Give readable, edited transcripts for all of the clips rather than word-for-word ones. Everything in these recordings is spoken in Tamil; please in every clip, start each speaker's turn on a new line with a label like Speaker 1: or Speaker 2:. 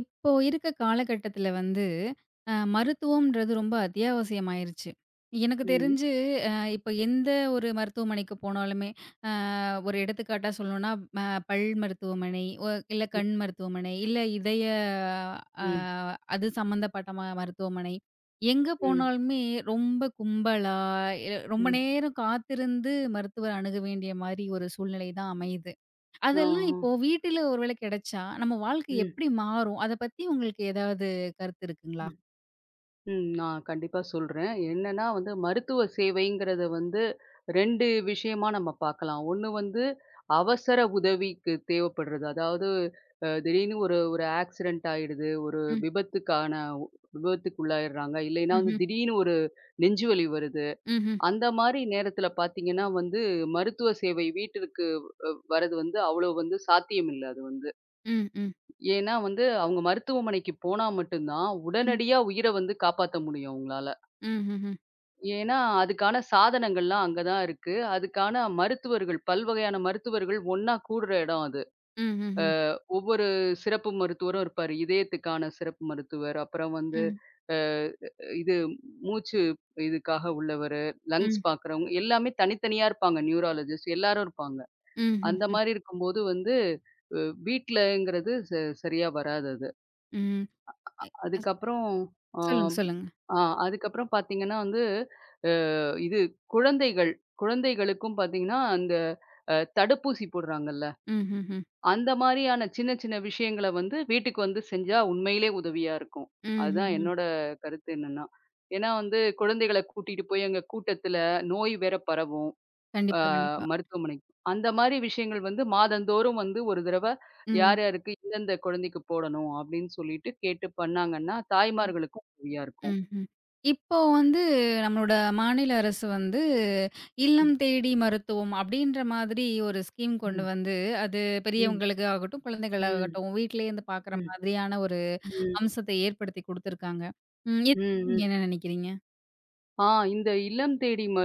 Speaker 1: இப்போ இருக்க காலகட்டத்தில வந்து, மருத்துவம்ன்றது ரொம்ப அத்தியாவசியமாயிருச்சு. எனக்கு
Speaker 2: ம்.
Speaker 1: தெரிஞ்சு அ இப்ப எந்த ஒரு மருத்துவமனைக்கு போனாலுமே, அ ஒரு எடுத்துக்காட்டா சொல்லணும்னா, அ பல் மருத்துவமனை, இல்ல
Speaker 2: ம்.
Speaker 1: கண் மருத்துவமனை, இல்ல இதய அ
Speaker 2: ம்.
Speaker 1: அது சம்மந்தப்பட்ட மருத்துவமனை. எங்க
Speaker 2: ம்.
Speaker 1: போனாலுமே ரொம்ப கும்பலா, ரொம்ப
Speaker 2: ம்.
Speaker 1: நேரம் காத்திருந்து மருத்துவர் அணுக வேண்டிய மாரி ஒரு சூழ்நிலை தான் அமையுது.
Speaker 2: ஆ,
Speaker 1: அதெல்லாம்
Speaker 2: ஆ.
Speaker 1: இப்போ வீட்டில ஒரு வேளை கிடைச்சா, நம்ம வாழ்க்கை
Speaker 2: ம்.
Speaker 1: எப்படி மாறும்? அத பத்தி உங்களுக்கு ஏதாவது கருத்து இருக்குங்களா?
Speaker 2: ம். ம். நான் கண்டிப்பா சொல்றேன். என்னன்னா வந்து மருத்துவ சேவைங்கிறத வந்து 2 விஷயமா நம்ம பார்க்கலாம். ஒண்ணு வந்து அவசர உதவிக்கு தேவைப்படுறது. அதாவது திடீர்னு ஒரு ஒரு ஆக்சிடென்ட் ஆயிடுது. ஒரு
Speaker 1: ம்.
Speaker 2: விபத்துக்கான உ- விபத்துக்குள்ளாயிடுறாங்க. இல்லைன்னா வந்து
Speaker 1: ம்ஹ்ம்.
Speaker 2: திடீர்னு ஒரு நெஞ்சு வலி வருது.
Speaker 1: ம்ஹ்ம்.
Speaker 2: அந்த மாரி நேரத்தில பார்த்தீங்கன்னா வந்து மருத்துவ சேவை வீட்டிற்கு வரது வந்து அவ்வளோ வந்து சாத்தியம் இல்ல அது வந்து.
Speaker 1: ம். ம்.
Speaker 2: ஏன்னா வந்து, அவங்க மருத்துவமனைக்கு போனா மட்டும் தான்,
Speaker 1: ம்.
Speaker 2: உடனடியா உயிர வந்து காப்பாத்த முடியும் அவங்களால.
Speaker 1: ம்ஹ்ஹ்ம்.
Speaker 2: ஏன்னா, அதுக்கான சாதனங்கள்லாம் அங்க தான் இருக்கு. அதுக்கான மருத்துவர்கள், பல்வகையான மருத்துவர்கள் ஒண்ணா கூடுற இடம் அது. அ
Speaker 1: ம்ஹ்ஹ்ம்.
Speaker 2: ஒவ்வொரு சிறப்பு மருத்துவரும் இருப்பாரு. இதயத்துக்கான சிறப்பு மருத்துவர், அப்புறம் வந்து
Speaker 1: ம்.
Speaker 2: அ இது மூச்சு இதுக்காக உள்ளவரு, லங்ஸ்
Speaker 1: ம்.
Speaker 2: பார்க்குறவங்க எல்லாமே தனித்தனியா இருப்பாங்க. நியூராலஜிஸ்ட் எல்லாரும் இருப்பாங்க. அந்த
Speaker 1: ம்ஹ்ஹ்ம்.
Speaker 2: மாரி இருக்கும்போது வந்து, அ வீட்லங்கிறது சரியா வராது அது.
Speaker 1: ம். எ அ
Speaker 2: அதுக்கப்புறம் ஆ,
Speaker 1: சொல்லுங்க, சொல்லுங்க.
Speaker 2: ஆ அதுக்கப்புறம் பார்த்தீங்கன்னா வந்து, இது குழந்தைகள் குழந்தைகளுக்கும் பார்த்தீங்கன்னா, அந்த தடுப்பூசி போடுறாங்கல்ல,
Speaker 1: ம்ஹ்ஹ்ம்.
Speaker 2: அந்த மாரியான சின்ன சின்ன விஷயங்கள வந்து வீட்டுக்கு வந்து செஞ்சா உண்மையிலே உதவியா இருக்கும். அதுதான்
Speaker 1: ம்ஹ்ஹ்ம்.
Speaker 2: என்னோட கருத்து என்னன்னா, ஏன்னா வந்து குழந்தைகள கூட்டிட்டு போய் அங்க கூட்டத்துல நோய் வேற பரவும், ஆ
Speaker 1: கண்டிப்பா, கண்டிப்பா.
Speaker 2: மருத்துவமனைக்கு. அந்த மாரி விஷயங்கள் வந்து மாதந்தோறும் வந்து ஒரு தடவ
Speaker 1: ம்.
Speaker 2: யார் யாருக்கு எந்தெந்த குழந்தைக்கு போடணும் அப்படின்னு சொல்லிட்டு கேட்டு பண்ணாங்கன்னா, தாய்மார்களுக்கும் உதவியா இருக்கும்.
Speaker 1: ம்ஹ்ம். இப்போ வந்து நம்மளோட மாநில அரசு வந்து,
Speaker 2: ம்,
Speaker 1: இல்லம் தேடி மருத்துவம் அப்படின்ற மாதிரி ஒரு ஸ்கீம் கொண்டு
Speaker 2: ம்,
Speaker 1: வந்து, அது
Speaker 2: ம்,
Speaker 1: பெரியவங்களுக்கு ஆகட்டும்,
Speaker 2: ம்,
Speaker 1: குழந்தைகளாகட்டும், வீட்டிலேயே இருந்து பார்க்குற
Speaker 2: ம்,
Speaker 1: மாதிரியான ஒரு
Speaker 2: ம்,
Speaker 1: அம்சத்தை ஏற்படுத்தி குடுத்துருக்காங்க. ம். இது
Speaker 2: ம், ம்.
Speaker 1: நீங்க என்ன நினைக்கிறீங்க?
Speaker 2: ஆ இந்த இல்லம் தேடி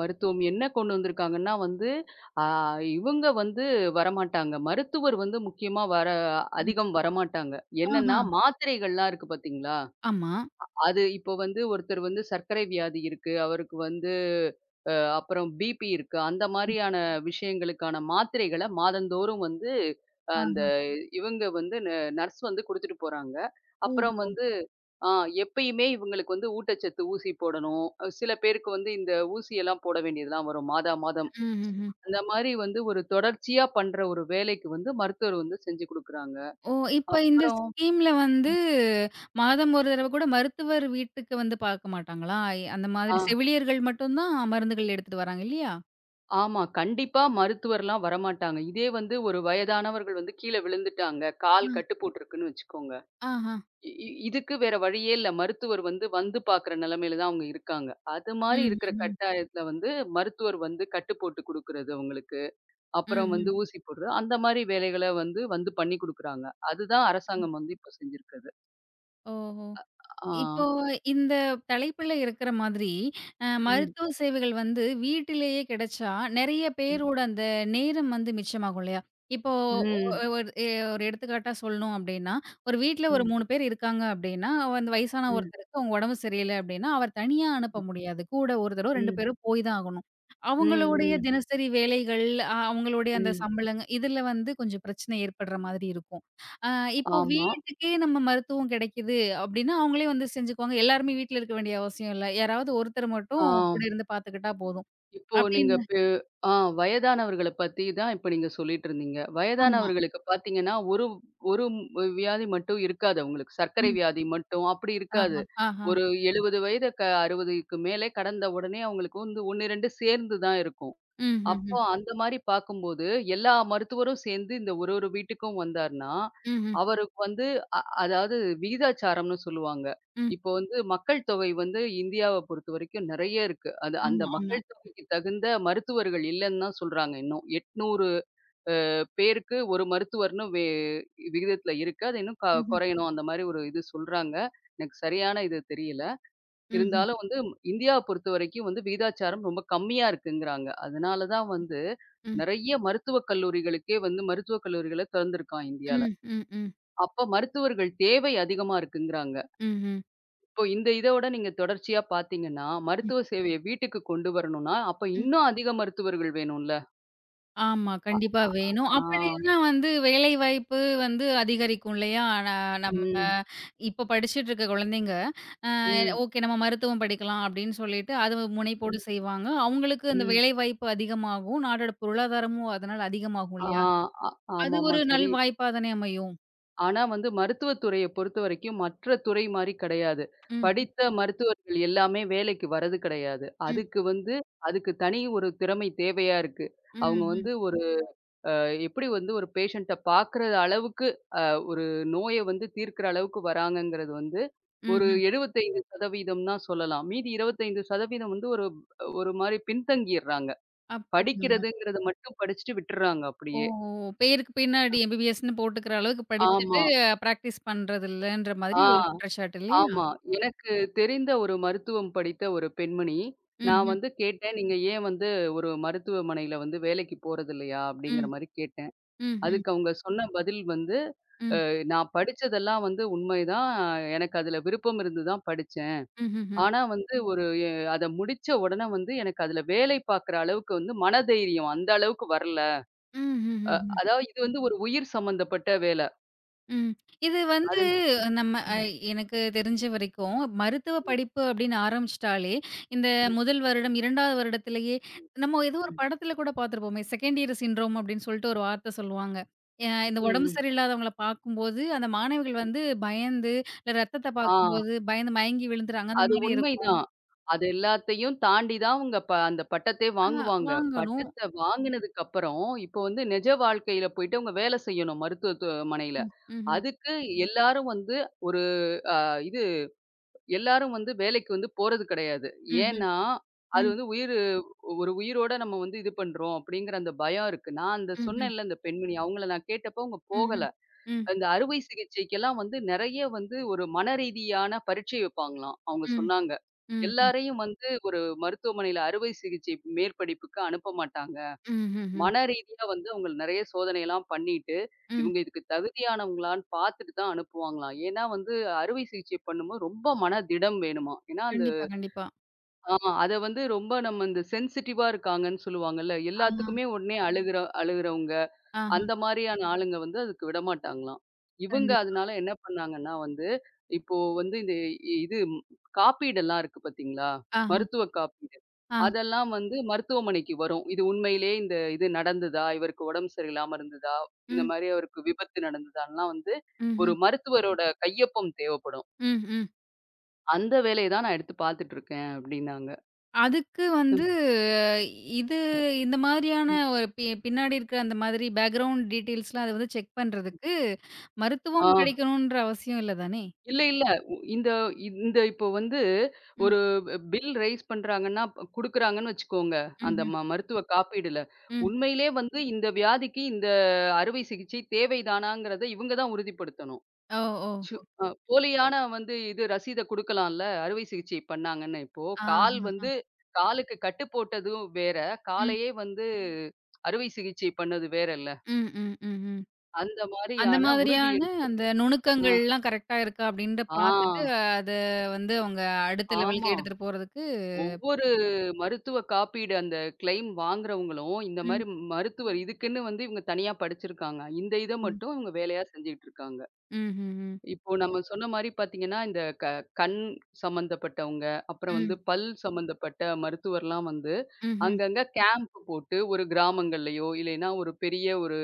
Speaker 2: மருத்துவம் என்ன கொண்டு வந்திருக்காங்கன்னா வந்து, ஆ இவங்க வந்து வரமாட்டாங்க. மருத்துவர் வந்து முக்கியமா வர
Speaker 1: ம்.
Speaker 2: அதிகம் வரமாட்டாங்க.
Speaker 1: ஆஹா.
Speaker 2: என்னன்னா, மாத்திரைகள்லாம் இருக்கு பார்த்தீங்களா?
Speaker 1: ஆமா.
Speaker 2: அது இப்போ வந்து ஒருத்தர் வந்து சர்க்கரை வியாதி இருக்கு, அவருக்கு வந்து அ அப்புறம் பிபி இருக்கு. அந்த மாரியான விஷயங்களுக்கான மாத்திரைகள மாதந்தோறும் வந்து அந்த
Speaker 1: ஆஹா.
Speaker 2: இவங்க வந்து நர்ஸ் வந்து குடுத்துட்டு போறாங்க. அப்புறம்
Speaker 1: ஓஹோ!
Speaker 2: வந்து ஆ எப்பயுமே இவங்களுக்கு வந்து ஊட்டச்சத்து ஊசி போடணும். சில பேருக்கு வந்து இந்த ஊசியெல்லாம் போட வேண்டியதெல்லாம் வரும் மாதா மாதம்.
Speaker 1: ம்ஹ்ஹ்ம்.
Speaker 2: அந்த மாரி வந்து ஒரு தொடர்ச்சியா பண்ற ஒரு வேலைக்கு வந்து மருத்துவர் வந்து செஞ்சு குடுக்குறாங்க.
Speaker 1: ஓ! இப்ப இந்த
Speaker 2: அப்புறம்
Speaker 1: ஸ்கீம்ல வந்து மாதம் ஒரு தடவ கூட மருத்துவர் வீட்டுக்கு வந்து பார்க்க மாட்டாங்களா? அந்த
Speaker 2: ஆ
Speaker 1: மாதிரி செவிலியர்கள் மட்டும் தான் மருந்துகள் எடுத்துட்டு வராங்க இல்லையா?
Speaker 2: ஆமா. கண்டிப்பா மருத்துவர்லாம் வரமாட்டாங்க. இதே வந்து ஒரு வயதானவர்கள் வந்து கீழ விழுந்துட்டாங்க. கால் கட்டு போட்டுருக்குன்னு வச்சுக்கோங்க.
Speaker 1: ஆஹா.
Speaker 2: இ இ இதுக்கு வேற வழியே இல்ல. மருத்துவர் வந்து வந்து பார்க்குற நிலைமையில தான் அவங்க இருக்காங்க. அது மாரி
Speaker 1: ம்.
Speaker 2: இருக்கிற
Speaker 1: ம்ஹ்ம்.
Speaker 2: கட்டாயத்துல வந்து மருத்துவர் வந்து கட்டு போட்டு குடுக்குறது அவங்களுக்கு.
Speaker 1: ம். ம்.
Speaker 2: அப்புறம்
Speaker 1: ம்.
Speaker 2: வந்து ஊசி போடுறது. அந்த மாரி வேலைகள வந்து பண்ணி குடுக்குறாங்க. அதுதான்
Speaker 1: ம்.
Speaker 2: அரசாங்கம் வந்து இப்ப செஞ்சிருக்குது.
Speaker 1: ஓஹோ!
Speaker 2: ஆ.
Speaker 1: இப்போ இந்த தலைப்புல இருக்கிற மாதிரி,
Speaker 2: ம்.
Speaker 1: மருத்துவ சேவைகள் வந்து வீட்டிலேயே கிடைச்சா, நெறைய
Speaker 2: ம்.
Speaker 1: பேரோட அந்த நேரம் வந்து மிச்சமாகும் இல்லையா? இப்போ ஒ
Speaker 2: ம்.
Speaker 1: ஒரு எ ஒரு எடுத்துக்காட்டா சொல்லணும் அப்டின்னா, ஒரு வீட்ல ஒரு
Speaker 2: ம்.
Speaker 1: 3 பேர் இருக்காங்க அப்டின்னா, அந்த வயசான
Speaker 2: ம்.
Speaker 1: ஒருத்தருக்கு அவங்க உடம்பு சரியில்ல அப்டின்னா, அவர் தனியா அனுப்ப
Speaker 2: ம்.
Speaker 1: முடியாது. கூட ஒரு தடவ 2
Speaker 2: ம்.
Speaker 1: பேரும் போய் தான் ஆகணும். அவங்களுடைய ம்.
Speaker 2: ம்.
Speaker 1: தினசரி வேலைகள், அவங்களுடைய அந்த
Speaker 2: ம்.
Speaker 1: சம்பளங்க இதுல வந்து கொஞ்சம் பிரச்சனை ஏற்படுற மாதிரி இருக்கும். அ இப்போ
Speaker 2: ஆமா.
Speaker 1: வீட்டுக்கே நம்ம மருத்துவம் கிடைக்குது அப்டின்னா, அவங்களே வந்து செஞ்சுக்குவாங்க. எல்லாருமே வீட்ல இருக்க வேண்டிய அவசியம் இல்ல. யாராவது ஒருத்தர்
Speaker 2: ஆ.
Speaker 1: மட்டும் கூட இருந்து பாத்துக்கிட்டா போதும்.
Speaker 2: இப்போ நீங்க
Speaker 1: அப்டின்னு
Speaker 2: ஆ வயதானவர்கள பத்தி தான் இப்ப நீங்க சொல்லிட்டு இருந்தீங்க.
Speaker 1: ஆமா.
Speaker 2: வயதானவர்களுக்கு பார்த்தீங்கன்னா, ஒரு ஒரு வியாதி மட்டும் இருக்காது அவங்களுக்கு. சர்க்கரை
Speaker 1: ம்.
Speaker 2: வியாதி மட்டும் அப்படி
Speaker 1: ஆஹா,
Speaker 2: இருக்காது.
Speaker 1: ஆஹா.
Speaker 2: ஒரு 70 வயது 60க்கு மேலே கடந்த உடனே அவங்களுக்கு வந்து 1, 2 சேர்ந்து தான் இருக்கும்.
Speaker 1: ம், ம்,
Speaker 2: அப்போ
Speaker 1: ம்.
Speaker 2: அந்த மாரி பார்க்கும்போது, எல்லா மருத்துவரும் சேர்ந்து இந்த ஒரு ஒரு வீட்டுக்கும் வந்தார்ன்னா,
Speaker 1: ம்ஹ்ம்.
Speaker 2: அவருக்கு வந்து அதாவது விகிதாச்சாரம்ன்னு சொல்லுவாங்க.
Speaker 1: ம்.
Speaker 2: இப்போ வந்து மக்கள் தொகை வந்து இந்தியாவ பொறுத்தவரைக்கும் நெறைய இருக்கு. அது அந்த
Speaker 1: ஆமா, ஆமா.
Speaker 2: மக்கள் தொகைக்கு தகுந்த மருத்துவர்கள் இல்லன்னு தான் சொல்றாங்க இன்னும். 800 பேருக்கு ஒரு மருத்துவர்ன்னு விகிதத்துல இருக்கு. அது இன்னும்
Speaker 1: ம்ஹ்ம்.
Speaker 2: குறையணும் அந்த மாரி ஒரு இது சொல்றாங்க. எனக்கு சரியான இது தெரியல.
Speaker 1: ம்ஹ்ம்.
Speaker 2: இருந்தாலும் வந்து இந்தியாவ பொறுத்தவரைக்கும் வந்து விகிதாச்சாரம் ரொம்ப கம்மியா இருக்குங்கிறாங்க. அதனால தான் வந்து
Speaker 1: ம்.
Speaker 2: நெறைய மருத்துவக் கல்லூரிகளுக்கே வந்து மருத்துவக் கல்லூரிகள தொறந்திருக்கான் இந்தியால.
Speaker 1: ம், ம், ம்,
Speaker 2: அப்ப மருத்துவர்கள் தேவை அதிகமா இருக்குங்கிறாங்க.
Speaker 1: ம், ம்,
Speaker 2: இப்போ இந்த இதோட நீங்க தொடர்ச்சியா பார்த்தீங்கன்னா,
Speaker 1: ம்.
Speaker 2: மருத்துவ சேவைய வீட்டுக்கு கொண்டு வரணும்னா, அப்ப இன்னும் அதிக மருத்துவர்கள் வேணும்ல?
Speaker 1: ஆமா. கண்டிப்பா வேணும்.
Speaker 2: ஆ, ஆ,
Speaker 1: அப்படின்னா வந்து வேலைவாய்ப்பு வந்து அதிகரிக்கும் இல்லையா? ஆனா நம்ம
Speaker 2: ம்,
Speaker 1: ம். இப்ப படிச்சுட்டு இருக்க குழந்தைங்க, அ ம்.
Speaker 2: ம்,
Speaker 1: ஓகே நம்ம மருத்துவம் படிக்கலாம் அப்படின்னு சொல்லிட்டு அது
Speaker 2: ம்,
Speaker 1: முனைப்போடு செய்வாங்க. அவங்களுக்கு அந்த ம்.
Speaker 2: ம்.
Speaker 1: வேலைவாய்ப்பு அதிகமாகும். நாடோட பொருளாதாரமும் அதனால அதிகமாகும்
Speaker 2: ஆ,
Speaker 1: இல்லையா?
Speaker 2: ஆ,
Speaker 1: அது
Speaker 2: ஆமாமா.
Speaker 1: ஒரு
Speaker 2: சரி.
Speaker 1: நல்வாய்ப்பா தானே அமையும்.
Speaker 2: ஆனா வந்து மருத்துவத்துறைய பொறுத்தவரைக்கும் மற்ற துறை மாரி கிடையாது.
Speaker 1: ம்.
Speaker 2: படித்த மருத்துவர்கள் எல்லாமே வேலைக்கு வரது கிடையாது.
Speaker 1: ம்.
Speaker 2: அதுக்கு தனி ஒரு திறமை தேவையா இருக்கு. அவங்க
Speaker 1: ம்ஹ்ம்.
Speaker 2: வந்து ஒரு அ எப்படி வந்து ஒரு பேஷண்ட்ட பார்க்குற அளவுக்கு அ ஒரு நோய வந்து தீர்க்கிற அளவுக்கு வராங்கங்கிறது வந்து ஒரு
Speaker 1: ம்ஹ்ம்.
Speaker 2: 75% தான் சொல்லலாம். மீதி 25% வந்து ஒரு ஒரு மாரி பின்தங்கிர்றாங்க.
Speaker 1: அப்படிங்களா?
Speaker 2: படிக்கிறதுங்கிறது மட்டும் படிச்சுட்டு விட்டுர்றாங்க
Speaker 1: ஓ!
Speaker 2: அப்படியே.
Speaker 1: ஓ, பேருக்கு பின்னாடி எம்பிபிஎஸ்ன்னு போட்டுக்கிற அளவுக்கு படிச்சுட்டு
Speaker 2: ஆமா.
Speaker 1: பிராக்டிஸ் பண்றது இல்லன்ற மாதிரி
Speaker 2: ஆ.
Speaker 1: ஒரு குற்றச்சாட்டு இல்லையா?
Speaker 2: ஆமா. எனக்கு தெரிந்த ஒரு மருத்துவம் படித்த ஒரு பெண்மணி, நான்
Speaker 1: ம்ஹ்ம்.
Speaker 2: வந்து கேட்டேன், "நீங்க ஏன் வந்து ஒரு மருத்துவமனையில வந்து வேலைக்கு போறதில்லையா?" அப்படிங்கிற
Speaker 1: ம்.
Speaker 2: மாரி கேட்டேன்.
Speaker 1: ம்ஹ்ம்.
Speaker 2: அதுக்கு அவங்க சொன்ன பதில் வந்து,
Speaker 1: ம்.
Speaker 2: "நான் படிச்சதெல்லாம் வந்து உண்மைதான். எனக்கு அதுல விருப்பம் இருந்து தான் படிச்சேன்.
Speaker 1: ம்ஹ்ஹ்ம்.
Speaker 2: ஆனா வந்து ஒரு அத முடிச்ச உடனே வந்து எனக்கு அதுல வேலை பார்க்குற அளவுக்கு வந்து மனதைரியம் அந்த அளவுக்கு வரல. அ
Speaker 1: ம்ஹ்ஹ்ஹ்ம்.
Speaker 2: அதாவது இது வந்து ஒரு உயிர் சம்மந்தப்பட்ட வேல.
Speaker 1: ம். இது வந்து
Speaker 2: அது."
Speaker 1: நம்ம
Speaker 2: ம்,
Speaker 1: எனக்கு தெரிஞ்ச வரைக்கும், மருத்துவ
Speaker 2: ம்,
Speaker 1: படிப்பு அப்படின்னு ஆரம்பிச்சுட்டாலே, இந்த
Speaker 2: ம்,
Speaker 1: முதல் வருடம், 2வது வருடத்திலேயே நம்ம ஏதோ ஒரு
Speaker 2: ம்,
Speaker 1: படத்தில கூட பார்த்துருப்போமே, செகண்ட் இயர் சிண்ட்ரோம் அப்படின்னு சொல்லிட்டு ஒரு வார்த்தை சொல்லுவாங்க. இந்த உடம்பு
Speaker 2: ம்.
Speaker 1: சரியில்லாதவங்கள பார்க்கும்போது, அந்த மாணவிகள் வந்து பயந்து, இல்ல ரத்தத்த
Speaker 2: ஆ.
Speaker 1: பார்க்கும்போது பயந்து மயங்கி விழுந்துறாங்க. அந்த
Speaker 2: அது
Speaker 1: மாரி இருக்கும்.
Speaker 2: உண்மைதான். அது எல்லாத்தையும் தாண்டி தான் அவங்க அந்த பட்டத்தையே
Speaker 1: ஆ
Speaker 2: வாங்குவாங்க.
Speaker 1: வாங்கணும்.
Speaker 2: பட்டத்த வாங்குனதுக்கு அப்புறம், இப்போ வந்து நிஜ வாழ்க்கையில போயிட்டு அவங்க வேலை செய்யணும் மருத்துவத்துவமனையில.
Speaker 1: ம். ம்ஹ்ம்.
Speaker 2: அதுக்கு எல்லாரும் வந்து ஒரு அ இது எல்லாரும் வந்து வேலைக்கு வந்து போறது கிடையாது.
Speaker 1: ம்ஹ்ம்.
Speaker 2: ஏன்னா, அது
Speaker 1: ம்.
Speaker 2: வந்து ஒரு உயிரோட நம்ம வந்து இது பண்றோம் அப்படிங்கிற அந்த பயம் இருக்கு. நான் அந்த
Speaker 1: ம்ஹ்ம்.
Speaker 2: சொன்னேன்ல அந்த பெண்மணி, அவங்கள நான் கேட்டப்போ அவங்க போகல.
Speaker 1: ம்ஹ்ம். ம்.
Speaker 2: அந்த அறுவை சிகிச்சைக்கெல்லாம் வந்து நெறைய வந்து ஒரு மனரீதியான பரீட்சை வைப்பாங்களாம். அவங்க
Speaker 1: ம்.
Speaker 2: சொன்னாங்க.
Speaker 1: ம்ஹ்ம்.
Speaker 2: எல்லாரையும் வந்து ஒரு மருத்துவமனையில அறுவை சிகிச்சை மேற்படிப்புக்கு அனுப்ப மாட்டாங்க.
Speaker 1: ம்ஹ்ஹ்ம்.
Speaker 2: மனரீதியா வந்து அவங்கள நெறைய சோதனையெல்லாம் பண்ணிட்டு,
Speaker 1: ம்.
Speaker 2: இவங்க இதுக்கு தகுதியானவங்களான்னு பார்த்துட்டு தான் அனுப்புவாங்களாம். ஏன்னா வந்து அறுவை சிகிச்சை பண்ணும்போது ரொம்ப மன திடம் வேணுமாம். ஏன்னா அந்த
Speaker 1: கண்டிப்பா, கண்டிப்பா.
Speaker 2: ஆ அத வந்து ரொம்ப நம்ம இந்த சென்சிட்டிவா இருக்காங்கன்னு சொல்லுவாங்கல்ல.
Speaker 1: ஆ.
Speaker 2: எல்லாத்துக்குமே உடனே அழுகுறவங்க.
Speaker 1: ஆஹா.
Speaker 2: அந்த மாரியான ஆளுங்க வந்து அதுக்கு விடமாட்டாங்களாம். இவங்க
Speaker 1: கண்டிப்பா.
Speaker 2: அதனால என்ன பண்ணாங்கன்னா வந்து, இப்போ வந்து இந்த இ- இது ம், காப்பீடெல்லாம் இருக்கு பார்த்தீங்களா?
Speaker 1: ஆஹா.
Speaker 2: மருத்துவ காப்பீடு.
Speaker 1: ஆ.
Speaker 2: அதெல்லாம் வந்து மருத்துவமனைக்கு வரும். இது உண்மையிலேயே இந்த இது நடந்ததா? இவருக்கு உடம்பு சரியில்லாம இருந்ததா? இந்த
Speaker 1: ம்.
Speaker 2: மாரி அவருக்கு விபத்து நடந்ததான்லாம் வந்து
Speaker 1: ம்ஹ்ம்.
Speaker 2: ஒரு மருத்துவரோட கையொப்பம் தேவைப்படும்.
Speaker 1: ம், ம்.
Speaker 2: அந்த வேலைய தான் நான் எடுத்து பார்த்துட்டு இருக்கேன் அப்டின்னாங்க.
Speaker 1: அதுக்கு
Speaker 2: ம்,
Speaker 1: வந்து இது இந்த மாதிரியான
Speaker 2: ம்.
Speaker 1: ஒரு பின்னாடி இருக்கிற அந்த மாதிரி பேக்கிரவுண்ட் டீட்டெயில்ஸ்லாம் அத வந்து செக் பண்றதுக்கு
Speaker 2: ஆ.
Speaker 1: மருத்துவம் கிடைக்கணுன்ற அவசியம் இல்ல தானே?
Speaker 2: இல்ல, இல்ல. உ இந்த இந்த இப்போ வந்து
Speaker 1: ம்.
Speaker 2: ஒரு பில் ரைஸ் பண்றாங்கன்னா, குடுக்குறாங்கன்னு வச்சுக்கோங்க. அந்த
Speaker 1: ம்ஹ்ம்.
Speaker 2: மருத்துவ காப்பீடுல.
Speaker 1: ம்.
Speaker 2: உண்மையிலே வந்து இந்த வியாதிக்கு இந்த அறுவை சிகிச்சை தேவைதானாங்கிறத இவங்க தான் உறுதிப்படுத்தணும்.
Speaker 1: ஓ! ஓ!
Speaker 2: சு அ போலியான வந்து இது ரசீத குடுக்கலாம்ல. அறுவை சிகிச்சை பண்ணாங்கன்னு. இப்போ கால்
Speaker 1: ஆஹஹா.
Speaker 2: வந்து காலுக்கு கட்டு போட்டதும் வேற,
Speaker 1: ம்.
Speaker 2: காலையே வந்து அறுவை சிகிச்சை பண்ணது வேறல்ல.
Speaker 1: ம், ம், ம், ம்.
Speaker 2: அந்த
Speaker 1: அந்த
Speaker 2: மாரியான உறுதி
Speaker 1: மாதிரியான
Speaker 2: எடுக்கிறது.
Speaker 1: அந்த
Speaker 2: அ,
Speaker 1: நுணுக்கங்கள்லாம் கரெக்ட்டா இருக்கா அப்டின்ட்டு
Speaker 2: ஆ,
Speaker 1: பார்த்துட்டு, அத வந்து அவங்க அடுத்த லெவலுக்கு
Speaker 2: ஆமா.
Speaker 1: எடுத்துட்டு போறதுக்கு
Speaker 2: ஒவ்வொரு மருத்துவ காப்பீடு அந்த கிளைம் வாங்குறவங்களும், இந்த
Speaker 1: ம்,
Speaker 2: மாரி மருத்துவர் இதுக்குன்னு வந்து இவங்க தனியா படிச்சிருக்காங்க. இந்த இத
Speaker 1: ம்.
Speaker 2: மட்டும் இவங்க வேலையா செஞ்சுட்டு இருக்காங்க.
Speaker 1: ம்ஹ்ம்.
Speaker 2: இப்போ நம்ம சொன்ன மாரி பார்த்தீங்கன்னா, இந்த கண் சம்மந்தப்பட்டவங்க, அப்புறம்
Speaker 1: ம்.
Speaker 2: வந்து பல் சம்மந்தப்பட்ட மருத்துவர்லாம் வந்து,
Speaker 1: ம்ஹ்ம்.
Speaker 2: அங்கங்க கேம்ப் போட்டு ஒரு கிராமங்கள்லயோ, இல்லைன்னா ஒரு பெரிய ஒரு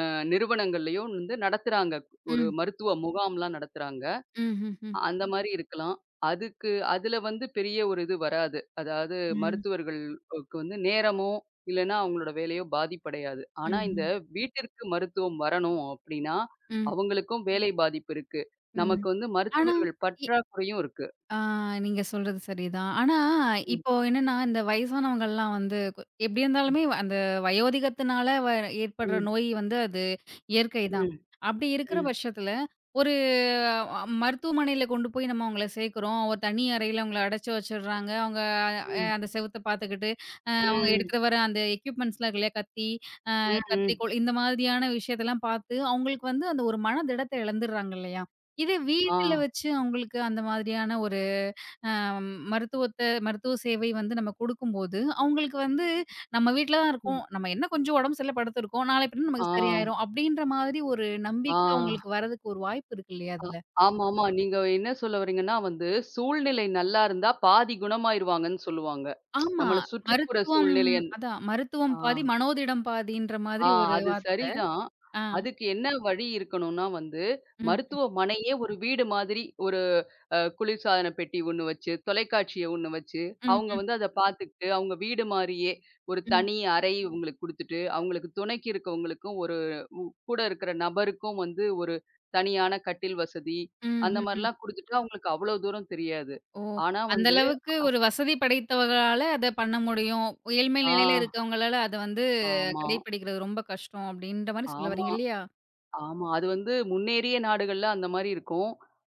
Speaker 2: அ நிறுவனங்கள்லயோ வந்து நடத்துறாங்க. ஒரு
Speaker 1: ம்.
Speaker 2: மருத்துவ முகாம்லாம் நடத்துறாங்க.
Speaker 1: ம்ஹ்ஹ்ம்.
Speaker 2: அந்த மாரி இருக்கலாம். அதுக்கு அதுல வந்து பெரிய ஒரு இது வராது. அதாவது
Speaker 1: ம்.
Speaker 2: மருத்துவர்களுக்கு வந்து நேரமோ, இல்லன்னா அவங்களோட வேலையோ பாதிப்படையாது. ஆனா இந்த
Speaker 1: ம்ஹ்ம்.
Speaker 2: வீட்டிற்கு மருத்துவம் வரணும் அப்படின்னா,
Speaker 1: ம்.
Speaker 2: அவங்களுக்கும் வேலை பாதிப்பு இருக்கு.
Speaker 1: ம்.
Speaker 2: நமக்கு வந்து
Speaker 1: ஆனா,
Speaker 2: மருத்துவர்கள்
Speaker 1: இ
Speaker 2: பற்றாக்குறையும் இருக்கு.
Speaker 1: ஆ நீங்க சொல்றது சரிதான். ஆனா,
Speaker 2: ம்,
Speaker 1: இப்போ என்னன்னா, இந்த வயசானவங்கலாம் வந்து எப்டி
Speaker 2: ம்,
Speaker 1: இருந்தாலுமே அந்த வயோதிகத்தினால ஏற்படுற
Speaker 2: ம்,
Speaker 1: நோய் வந்து அது இயற்கை தான்.
Speaker 2: ம்,
Speaker 1: அப்டி இருக்கிற
Speaker 2: ம்,
Speaker 1: பட்சத்தில, ஒரு மருத்துவமனையில கொண்டு போய் நம்ம அவங்கள சேர்க்கிறோம். ஒரு தனி அறையில அவங்கள அடைச்சு வச்சுடுறாங்க. அவங்க
Speaker 2: ம்,
Speaker 1: அந்த செவுத்த பார்த்துக்கிட்டு, அவங்க
Speaker 2: ம்,
Speaker 1: எடுத்துட்டு வர அந்த எக்யூப்மெண்ட்ஸ்லாம் இருக்கு இல்லையா?
Speaker 2: ம், ம்.
Speaker 1: கத்திரிக்கோள் இந்த மாதிரியான விஷயத்தெல்லாம் பார்த்து, அவங்களுக்கு வந்து அந்த ஒரு மன திடத்த இழந்துர்றாங்க இல்லையா? இதே
Speaker 2: ஆ,
Speaker 1: வீட்ல வச்சு அவங்களுக்கு அந்த மாதிரியான ஒரு அ மருத்துவத்த மருத்துவ சேவை வந்து நம்ம குடுக்கும்போது, அவங்களுக்கு வந்து நம்ம வீட்ல தான்
Speaker 2: ம்.
Speaker 1: இருக்கோம். நம்ம என்ன கொஞ்சம் உடம்பு சரியில்ல படுத்துருக்கோம். நாளை பின்ன
Speaker 2: ஆ,
Speaker 1: நமக்கு சரியாயிரும். அப்டின்ற மாதிரி ஒரு
Speaker 2: ஆ.
Speaker 1: நம்பிக்கை அவங்களுக்கு வரதுக்கு ஒரு வாய்ப்பு இருக்கு இல்லையா
Speaker 2: அ
Speaker 1: அதுல?
Speaker 2: ஆமா, ஆமா. நீங்க என்ன சொல்ல வர்றீங்கன்னா வந்து, சூழ்நிலை நல்லா இருந்தா பாதி குணமாயிருவாங்கன்னு சொல்லுவாங்க.
Speaker 1: ஆமா.
Speaker 2: நம்மள சுற்றிப்புற
Speaker 1: மருத்துவம்
Speaker 2: சூழ்நிலை அந்
Speaker 1: அதான் மருத்துவம்
Speaker 2: ஆ.
Speaker 1: பாதி, மனோதிடம் பாதின்ற மாதிரி
Speaker 2: ஆ
Speaker 1: ஒரு
Speaker 2: அது
Speaker 1: வார்த்த.
Speaker 2: சரிதான்.
Speaker 1: ஆ.
Speaker 2: அதுக்கு என்ன வழி இருக்கணும்னா வந்து,
Speaker 1: ம்.
Speaker 2: மருத்துவமனையே ஒரு வீடு மாதிரி ஒரு குளிர்சாதன பெட்டி ஒண்ணு வச்சு, தொலைக்காட்சிய ஒண்ணு வச்சு,
Speaker 1: ம்.
Speaker 2: அவங்க
Speaker 1: ம்.
Speaker 2: வந்து அத பார்த்துக்கிட்டு, அவங்க வீடு மாரியே ஒரு
Speaker 1: ம். ம்.
Speaker 2: தனி அறை இவங்களுக்கு குடுத்துட்டு, அவங்களுக்கு துணைக்கு இருக்கவங்களுக்கும் ஒரு உ கூட இருக்கிற நபருக்கும் வந்து ஒரு தனியான கட்டில் வசதி,
Speaker 1: ம்.
Speaker 2: அந்த
Speaker 1: ம்.
Speaker 2: மாரிலாம் குடுத்துட்டா அவங்களுக்கு அவ்வளோ தூரம் தெரியாது.
Speaker 1: ஓ!
Speaker 2: ஆனா
Speaker 1: அந்த
Speaker 2: வந்து
Speaker 1: அளவுக்கு ஒரு வசதி படைத்தவங்களால அத பண்ண முடியும். ஏழ்மை
Speaker 2: ஆ
Speaker 1: நிலையில இருக்கவங்களால அத வந்து
Speaker 2: ஆமா,
Speaker 1: கடைப்பிடிக்கிறது ரொம்ப கஷ்டம் அப்டின்ற மாரி சொல்ல
Speaker 2: ஆமா.
Speaker 1: வரீங்க இல்லையா?
Speaker 2: ஆமா. அது வந்து முன்னேறிய நாடுகள்ல அந்த மாரி இருக்கும்.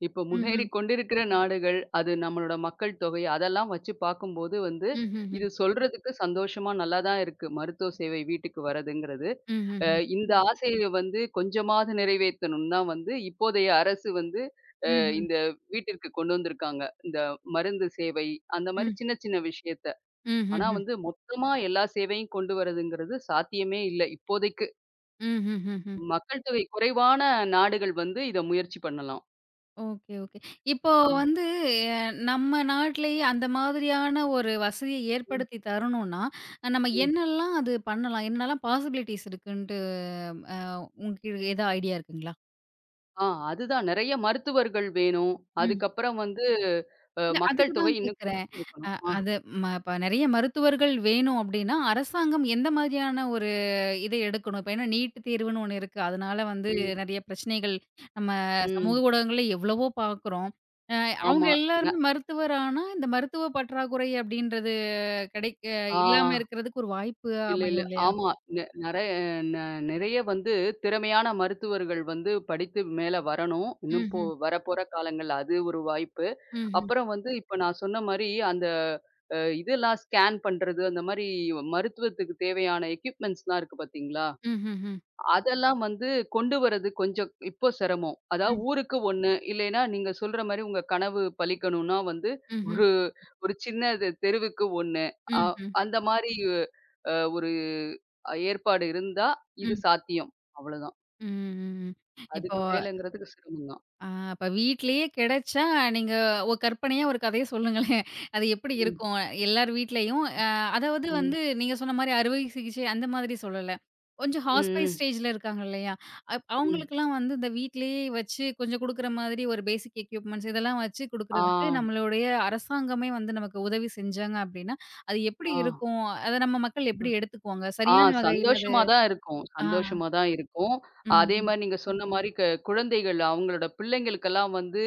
Speaker 2: இப்போ
Speaker 1: ம்ஹ்ம்.
Speaker 2: முன்னேறிக் கொண்டிருக்கிற நாடுகள், அது நம்மளோட மக்கள் தொகை அதெல்லாம் வச்சு பார்க்கும்போது வந்து,
Speaker 1: ம்ஹ்ஹ்ம்.
Speaker 2: இது சொல்றதுக்கு சந்தோஷமா நல்லா தான் இருக்கு. மருத்துவ சேவை வீட்டுக்கு வரதுங்கிறது. அ
Speaker 1: ம்ஹ்ஹ்ம்.
Speaker 2: இந்த ஆசைய வந்து கொஞ்சமாவது நிறைவேத்தணும்னு தான் வந்து இப்போதைய அரசு வந்து அ
Speaker 1: ம்ஹ்ம்.
Speaker 2: இந்த வீட்டிற்கு கொண்டு வந்திருக்காங்க. இந்த மருந்து சேவை அந்த மாரி
Speaker 1: ம்.
Speaker 2: சின்ன சின்ன விஷயத்த. ஆனா
Speaker 1: ம்ஹ்ஹ்ம்.
Speaker 2: வந்து மொத்தமா எல்லா சேவையும் கொண்டு வரதுங்கிறது சாத்தியமே இல்ல இப்போதைக்கு.
Speaker 1: ம்ஹ்ஹ்ம்.
Speaker 2: மக்கள் தொகை குறைவான நாடுகள் வந்து இத முயற்சி பண்ணலாம்.
Speaker 1: Okay, okay. இப்போ
Speaker 2: ஆ.
Speaker 1: வந்து அ நம்ம நாட்டிலேயே அந்த மாதிரியான ஒரு வசதிய
Speaker 2: ம்,
Speaker 1: ஏற்படுத்தி தரணும்னா, நம்ம
Speaker 2: ம்.
Speaker 1: என்னெல்லாம் அது பண்ணலாம்? என்னலாம் பாசிபிலிட்டீஸ் இருக்குன்ட்டு அ உங்களுக்கு ஏதா ஐடியா இருக்குங்களா?
Speaker 2: ஆ அதுதான் நெறைய மருத்துவர்கள் வேணும்.
Speaker 1: ம்.
Speaker 2: அதுக்கப்புறம் வந்து
Speaker 1: இல்ல அதுக்கு
Speaker 2: மக்கள்
Speaker 1: தான்
Speaker 2: தொகை இன்னும்
Speaker 1: கேட்கிறேன். அ
Speaker 2: குறைச்சிருக்கணும். ஆ.
Speaker 1: அது ம இப்ப நெறைய மருத்துவர்கள் வேணும் அப்டின்னா, அரசாங்கம் எந்த மாதிரியான ஒரு இத எடுக்கணும்? இப்ப ஏன்னா நீட் தேர்வுன்னு ஒண்ணு இருக்கு. அதனால வந்து
Speaker 2: ம்,
Speaker 1: நெறைய பிரச்சனைகள் நம்ம சமூக
Speaker 2: ம்.
Speaker 1: ஊடகங்கள்ல எவ்வளவோ பார்க்குறோம். ம். அவங்க
Speaker 2: ஆமா. ந
Speaker 1: எல்லாருமே மருத்துவர் ஆனா, இந்த மருத்துவ பற்றாக்குறை அப்டின்றது கிடைக்க
Speaker 2: ஆ.
Speaker 1: இல்லாம இருக்கிறதுக்கு ஒரு வாய்ப்பு
Speaker 2: இல்ல, இல்ல.
Speaker 1: அமையும் இல்லையா?
Speaker 2: ஆமா. நெ நெறைய நெ நெறைய வந்து திறமையான மருத்துவர்கள் வந்து படித்து மேல வரணும். இன்னும்
Speaker 1: ம்ஹ்ம்.
Speaker 2: வரப்போற காலங்கள்ல அது ஒரு வாய்ப்பு.
Speaker 1: ம்ஹ்ம்.
Speaker 2: அப்புறம் வந்து இப்ப நான் சொன்ன மாரி, அந்த இதெல்லாம் ஸ்கேன் பண்றது, அந்த மாரி மருத்துவத்துக்கு தேவையான எக்யூப்மென்ட்ஸ்லாம் இருக்கு பார்த்தீங்களா?
Speaker 1: ம்ஹ்ஹ்ம்.
Speaker 2: அதெல்லாம் வந்து கொண்டு வரது கொஞ்சம் இப்போ சிரமம். அதாவது
Speaker 1: ம்.
Speaker 2: ஊருக்கு 1 இல்லைன்னா நீங்க சொல்ற மாரி உங்க கனவு பலிக்கணும்னா வந்து
Speaker 1: ம்ஹ்ம்.
Speaker 2: ஒரு ஒரு சின்ன இது தெருவுக்கு 1 அ
Speaker 1: ம்ஹ்ம்.
Speaker 2: அந்த மாரி ஒரு ஏற்பாடு இருந்தா இது
Speaker 1: ம். ம்.
Speaker 2: சாத்தியம். அவ்வளோதான்.
Speaker 1: ம். ம். இப்போ
Speaker 2: அதுக்கு மேலங்கிறதுக்கு சிரமம் தான்.
Speaker 1: அப்ப வீட்லயே கிடைச்சா, நீங்க கற்பனையா ஒரு கதைய சொல்லுங்களேன். அது எப்படி
Speaker 2: ம்,
Speaker 1: இருக்கும்? எல்லார் வீட்லயும் அதாவது
Speaker 2: ம்,
Speaker 1: வந்து நீங்க சொன்ன மாரி அறுவை சிகிச்சை அந்த மாதிரி சொல்லல. கொஞ்சம் ம். ஹாஸ்பைஸ்
Speaker 2: ம், ம்,
Speaker 1: ஸ்டேஜ்ல இருக்காங்க இல்லையா?
Speaker 2: ம்.
Speaker 1: அவங்களுக்கெல்லாம் வந்து இந்த வீட்லயே வச்சு கொஞ்சம் குடுக்குற மாதிரி ஒரு பேசிக் எக்யூப்மென்ட்ஸ் இதெல்லாம் வச்சு
Speaker 2: ஆ,
Speaker 1: குடுக்குறதுக்கு நம்மளுடைய அரசாங்கமே வந்து நமக்கு உதவி செஞ்சாங்க அப்படின்னா, அது எப்படி
Speaker 2: ஆ.
Speaker 1: இருக்கும்? அத நம்ம மக்கள் எப்படி எடுத்துக்குவாங்க?
Speaker 2: ஆ
Speaker 1: சரியான வகையில அது
Speaker 2: சந்தோஷமா தான் இருக்கும்.
Speaker 1: ஆ.
Speaker 2: சந்தோஷமா தான் இருக்கும். அதே
Speaker 1: ம்ஹ்ம்.
Speaker 2: மாரி நீங்க சொன்ன மாரி குழந்தைகள் அவங்களோட பிள்ளைங்களுக்கெல்லாம் வந்து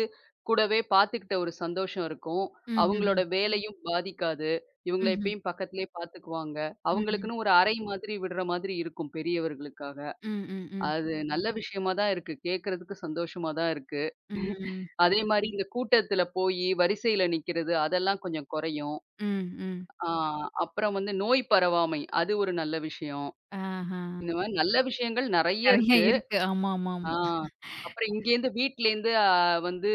Speaker 2: கூடவே பார்த்துக்கிட்ட ஒரு சந்தோஷம் இருக்கும். அவங்களோட
Speaker 1: ம்ஹ்ம்.
Speaker 2: வேலையும் பாதிக்காது. இவங்கள
Speaker 1: ம்ஹ்ம்.
Speaker 2: எப்பயும் பக்கத்திலேயே பார்த்துக்குவாங்க.
Speaker 1: ம்ஹ்ம். ம்ஹ்ம்.
Speaker 2: அவங்களுக்குன்னு ஒரு அறை மாதிரி விடுற மாதிரி இருக்கும் பெரியவர்களுக்காக.
Speaker 1: ம், ம், ம். ம்.
Speaker 2: அது நல்ல விஷயமா தான் இருக்கு. கேட்கறதுக்கு சந்தோஷமா தான் இருக்கு.
Speaker 1: ம் ம்
Speaker 2: அதே மாரி இந்த கூட்டத்தில போயி வரிசையில நிக்கிறது அதெல்லாம் கொஞ்சம் குறையும்.
Speaker 1: ம், ம்.
Speaker 2: ஆ அப்புறம் வந்து நோய் பரவாமை அது ஒரு நல்ல விஷயம்.
Speaker 1: ஆஹா.
Speaker 2: இந்த மாரி நல்ல விஷயங்கள் நெறைய
Speaker 1: நெறைய
Speaker 2: இருக்கு.
Speaker 1: இருக்கு. ஆமாமாமா.
Speaker 2: ஆ. அப்புறம் இங்கேருந்து வீட்லேருந்து வந்து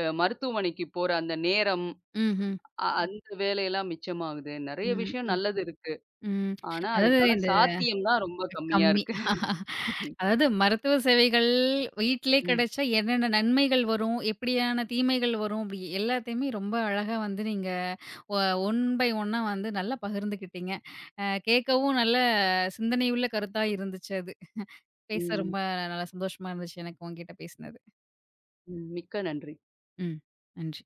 Speaker 2: மருத்துவமனைக்கு போற அந்த நேரம்,
Speaker 1: ம்ஹ்ம்.
Speaker 2: அந்த வேலையெல்லாம் மிச்சமாகுது. நெறைய
Speaker 1: ம்,
Speaker 2: விஷயம்
Speaker 1: ம்,
Speaker 2: நல்லது இருக்கு.
Speaker 1: ம்.
Speaker 2: ஆனா,
Speaker 1: அதாவது
Speaker 2: அதற்கான
Speaker 1: இந்த
Speaker 2: சாத்தியம் தான் ரொம்ப கம்மியா
Speaker 1: கம்மி.
Speaker 2: இருக்கு.
Speaker 1: அதாவது மருத்துவ சேவைகள் வீட்டிலே
Speaker 2: ம்.
Speaker 1: கிடைச்சா என்னென்ன நன்மைகள் வரும்? எப்படியான தீமைகள் வரும்? அப்படி எல்லாத்தையுமே ரொம்ப அழகா வந்து நீங்க ஒ ஒன் பை ஒன்னா வந்து நல்லா பகிர்ந்துக்கிட்டீங்க. கேட்கவும் நல்ல சிந்தனையுள்ள கருத்தா இருந்துச்சு அது. பேச
Speaker 2: ம்.
Speaker 1: ரொம்ப நல்லா சந்தோஷமா இருந்துச்சு எனக்கு உங்ககிட்ட பேசினது.
Speaker 2: ம். மிக்க நன்றி.
Speaker 1: ம். நன்றி.